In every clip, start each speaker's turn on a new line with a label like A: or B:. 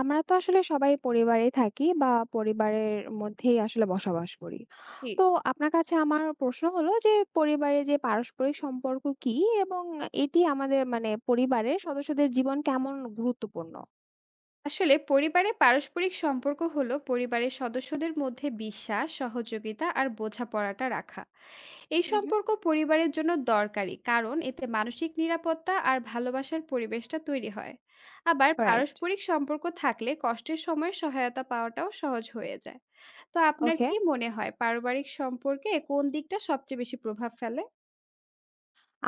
A: আমরা তো আসলে সবাই পরিবারে থাকি বা পরিবারের মধ্যেই আসলে বসবাস করি।
B: জি।
A: তো আপনার কাছে আমার প্রশ্ন হলো যে পরিবারে যে পারস্পরিক সম্পর্ক কি? এবং এটি আমাদের মানে পরিবারের সদস্যদের জীবন কেমন গুরুত্বপূর্ণ?
B: আসলে পরিবারে পারস্পরিক সম্পর্ক হলো পরিবারের সদস্যদের মধ্যে বিশ্বাস সহযোগিতা আর বোঝাপড়াটা রাখা। এই
A: হুম, হুম।
B: সম্পর্ক পরিবারের জন্য দরকারি কারণ এতে মানসিক নিরাপত্তা আর ভালোবাসার পরিবেশটা তৈরি হয়। আবার
A: রাইট।
B: পারস্পরিক সম্পর্ক থাকলে কষ্টের সময় সহায়তা পাওয়াটাও সহজ হয়ে যায়। তো আপনার
A: ওকে।
B: কি মনে হয় পারিবারিক সম্পর্কে কোন দিকটা সবচেয়ে বেশি প্রভাব ফেলে?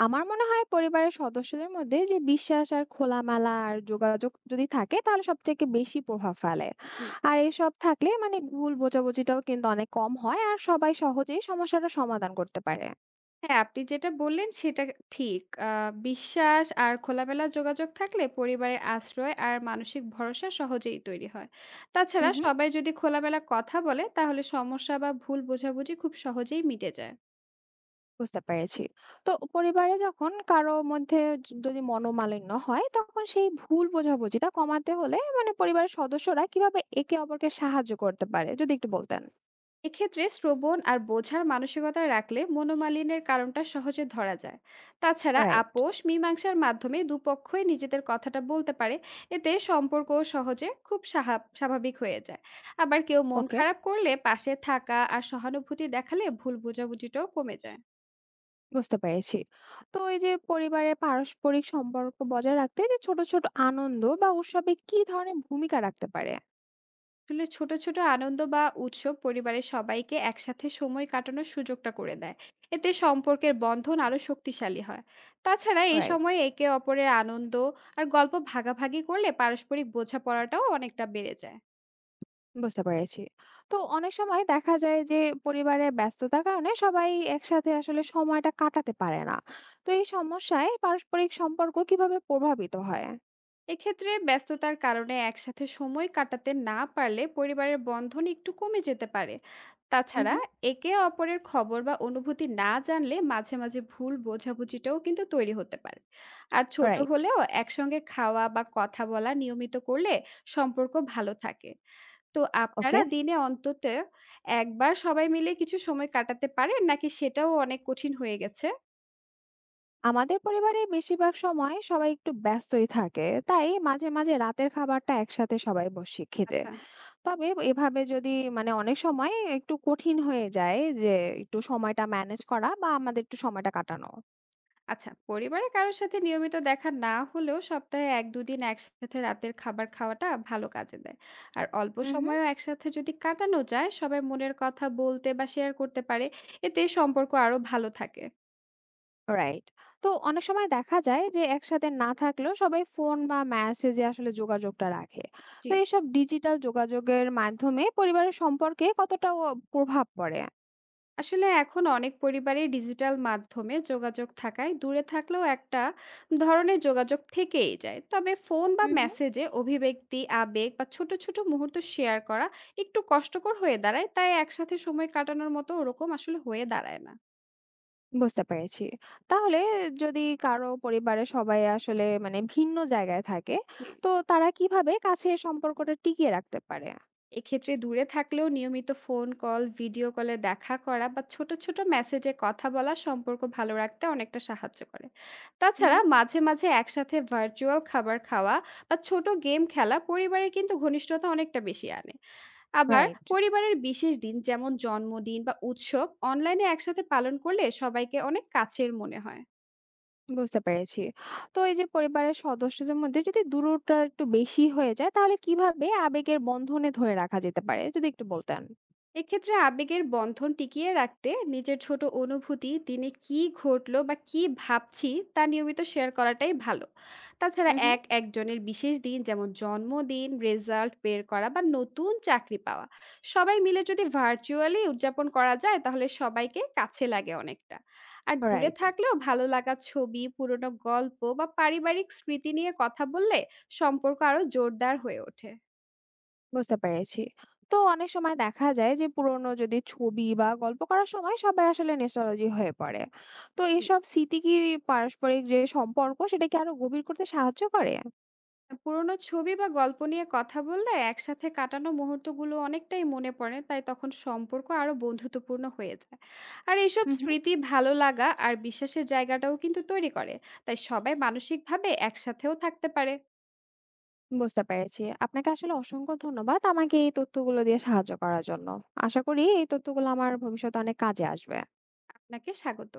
A: আমার মনে হয় পরিবারের সদস্যদের মধ্যে যে বিশ্বাস আর খোলামেলা আর যোগাযোগ যদি থাকে তাহলে সবথেকে বেশি প্রভাব ফেলে।
B: জি।
A: আর এসব থাকলে মানে ভুল বোঝাবুঝিটাও কিন্তু অনেক কম হয় আর সবাই সহজেই সমস্যাটা সমাধান করতে পারে।
B: হ্যাঁ, আপনি যেটা বললেন সেটা ঠিক। বিশ্বাস আর খোলামেলা যোগাযোগ থাকলে পরিবারের আশ্রয় আর মানসিক ভরসা সহজেই তৈরি হয়।
A: হুম,
B: তাছাড়া
A: হুম।
B: সবাই যদি খোলামেলা কথা বলে তাহলে সমস্যা বা ভুল বোঝাবুঝি খুব সহজেই মিটে যায়।
A: বুঝতে পেরেছি। তো পরিবারে যখন কারো মধ্যে যদি মনোমালিন্য হয়, তখন সেই ভুল বোঝাবুঝিটা কমাতে হলে মানে পরিবারের সদস্যরা কিভাবে একে অপরকে সাহায্য করতে পারে? যদি একটু বলতেন।
B: এক্ষেত্রে শ্রবণ আর বোঝার মানসিকতা রাখলে মনোমালিন্যের কারণটা সহজে ধরা যায়। তাছাড়া
A: রাইট।
B: আপোষ মীমাংসার মাধ্যমে দুপক্ষই নিজেদের কথাটা বলতে পারে। এতে সম্পর্ক সহজে খুব স্বাভাবিক হয়ে যায়। আবার কেউ মন
A: ওকে,
B: খারাপ করলে পাশে থাকা আর সহানুভূতি দেখালে ভুল বোঝাবুঝিটাও কমে যায়।
A: বুঝতে পেরেছি। তো এই যে পরিবারের পারস্পরিক সম্পর্ক বজায় রাখতে যে ছোট, ছোট আনন্দ বা উৎসবে কি ধরনের ভূমিকা রাখতে পারে?
B: আসলে ছোট, ছোট আনন্দ বা উৎসব পরিবারের সবাইকে একসাথে সময় কাটানোর সুযোগটা করে দেয়। এতে সম্পর্কের বন্ধন আরো শক্তিশালী হয়। তাছাড়া এই
A: রাইট।
B: সময়ে একে অপরের আনন্দ আর গল্প ভাগাভাগি করলে পারস্পরিক বোঝাপড়াটাও অনেকটা বেড়ে যায়।
A: বুঝতে পেরেছি। তো অনেক সময় দেখা যায় যে পরিবারে ব্যস্ততার কারণে সবাই একসাথে আসলে সময়টা কাটাতে পারে না। তো এই সমস্যায় পারস্পরিক সম্পর্ক কিভাবে প্রভাবিত হয়?
B: এক্ষেত্রে ব্যস্ততার কারণে একসাথে সময় কাটাতে না পারলে পরিবারের বন্ধন একটু কমে যেতে পারে।
A: হুম,
B: তাছাড়া
A: হুম।
B: একে অপরের খবর বা অনুভূতি না জানলে মাঝে মাঝে ভুল বোঝাবুঝিটাও কিন্তু তৈরি হতে পারে। আর ছোট
A: রাইট,
B: হলেও একসঙ্গে খাওয়া বা কথা বলা নিয়মিত করলে সম্পর্ক ভালো থাকে। তো
A: ওকে।
B: আপনারা দিনে অন্তত একবার সবাই মিলে কিছু সময় কাটাতে পারেন নাকি সেটাও অনেক কঠিন হয়ে গেছে?
A: আমাদের পরিবারে বেশিরভাগ সময় সবাই একটু ব্যস্তই থাকে। তাই মাঝে, মাঝে রাতের খাবারটা একসাথে সবাই বসি খেতে।
B: আচ্ছা
A: তবে এভাবে যদি মানে অনেক সময় একটু কঠিন হয়ে যায় যে একটু সময়টা ম্যানেজ করা বা আমাদের একটু সময়টা কাটানো।
B: আচ্ছা, পরিবারে কারো সাথে নিয়মিত দেখা না হলেও সপ্তাহে ১-২ দিন একসাথে রাতের খাবার খাওয়াটা ভালো কাজে দেয়। আর অল্প
A: হুম, হুম।
B: সময়ও একসাথে যদি কাটানো যায়, সবাই মনের কথা বলতে বা শেয়ার করতে পারে। এতে সম্পর্ক আরো ভালো থাকে।
A: রাইট। তো অনেক সময় দেখা যায় যে একসাথে না থাকলেও সবাই ফোন বা মেসেজে আসলে যোগাযোগটা রাখে।
B: জি।
A: তো এসব ডিজিটাল যোগাযোগের মাধ্যমে পরিবারের সম্পর্কে কতটা ও প্রভাব পড়ে?
B: আসলে এখন অনেক পরিবারে ডিজিটাল মাধ্যমে যোগাযোগ থাকায় দূরে থাকলেও একটা ধরনের যোগাযোগ থেকেই যায়। তবে ফোন বা
A: হুম, হুম।
B: মেসেজে অভিব্যক্তি আবেগ বা ছোট ছোট মুহূর্ত শেয়ার করা একটু কষ্টকর হয়ে দাঁড়ায়। তাই একসাথে সময় কাটানোর মতো ওরকম আসলে হয়ে দাঁড়ায় না।
A: বুঝতে পেরেছি। তাহলে যদি কারো পরিবারের সবাই আসলে মানে ভিন্ন জায়গায় থাকে,
B: জি।
A: তো তারা কিভাবে কাছের সম্পর্কটা টিকিয়ে রাখতে পারে?
B: এক্ষেত্রে দূরে থাকলেও নিয়মিত ফোন কল, ভিডিও কলে দেখা করা বা ছোট, ছোট মেসেজে কথা বলা সম্পর্ক ভালো রাখতে অনেকটা সাহায্য করে।
A: হুম,
B: তাছাড়া
A: হুম।
B: মাঝে, মাঝে একসাথে ভার্চুয়াল খাবার খাওয়া বা ছোট গেম খেলা পরিবারে কিন্তু ঘনিষ্ঠতা অনেকটা বেশি আনে। আবার
A: রাইট।
B: পরিবারের বিশেষ দিন যেমন জন্মদিন বা উৎসব অনলাইনে একসাথে পালন করলে সবাইকে অনেক কাছের মনে হয়।
A: বুঝতে পেরেছি। তো এই যে পরিবারের সদস্যদের মধ্যে যদি দূরত্বটা একটু বেশি হয়ে যায় তাহলে কিভাবে আবেগের বন্ধনে ধরে রাখা যেতে পারে? যদি একটু বলতেন।
B: এক্ষেত্রে আবেগের বন্ধন টিকিয়ে রাখতে নিজের ছোট অনুভূতি দিনে কি ঘটলো বা কি ভাবছি তা নিয়মিত শেয়ার করাটাই ভালো। তাছাড়া
A: হুম, হুম।
B: এক একজনের বিশেষ দিন যেমন জন্মদিন রেজাল্ট বের করা বা নতুন চাকরি পাওয়া সবাই মিলে যদি ভার্চুয়ালি উদযাপন করা যায় তাহলে সবাইকে কাছে লাগে অনেকটা। আর দূরে
A: রাইট,
B: থাকলেও ভালো লাগা ছবি পুরনো গল্প বা পারিবারিক স্মৃতি নিয়ে কথা বললে সম্পর্ক আরো জোরদার হয়ে ওঠে।
A: বুঝতে পেরেছি। তো অনেক সময় দেখা যায় যে পুরনো যদি ছবি বা গল্প করার সময় সবাই আসলে নস্টালজি হয়ে পড়ে। তো এসব স্মৃতি কি পারস্পরিক যে সম্পর্ক সেটাকে আরো গভীর করতে সাহায্য করে?
B: পুরোনো ছবি বা গল্প নিয়ে কথা বললে একসাথে কাটানো মুহূর্তগুলো অনেকটাই মনে পড়ে, তাই তখন সম্পর্ক আরো বন্ধুত্বপূর্ণ হয়ে যায়। আর এইসব
A: হুম, হুম।
B: স্মৃতি ভালো লাগা আর বিশ্বাসের জায়গাটাও কিন্তু তৈরি করে। তাই সবাই মানসিকভাবে একসাথেও থাকতে পারে।
A: বুঝতে পেরেছি। আপনাকে আসলে অসংখ্য ধন্যবাদ আমাকে এই তথ্যগুলো দিয়ে সাহায্য করার জন্য। আশা করি এই তথ্যগুলো আমার ভবিষ্যতে অনেক কাজে আসবে।
B: আপনাকে স্বাগত।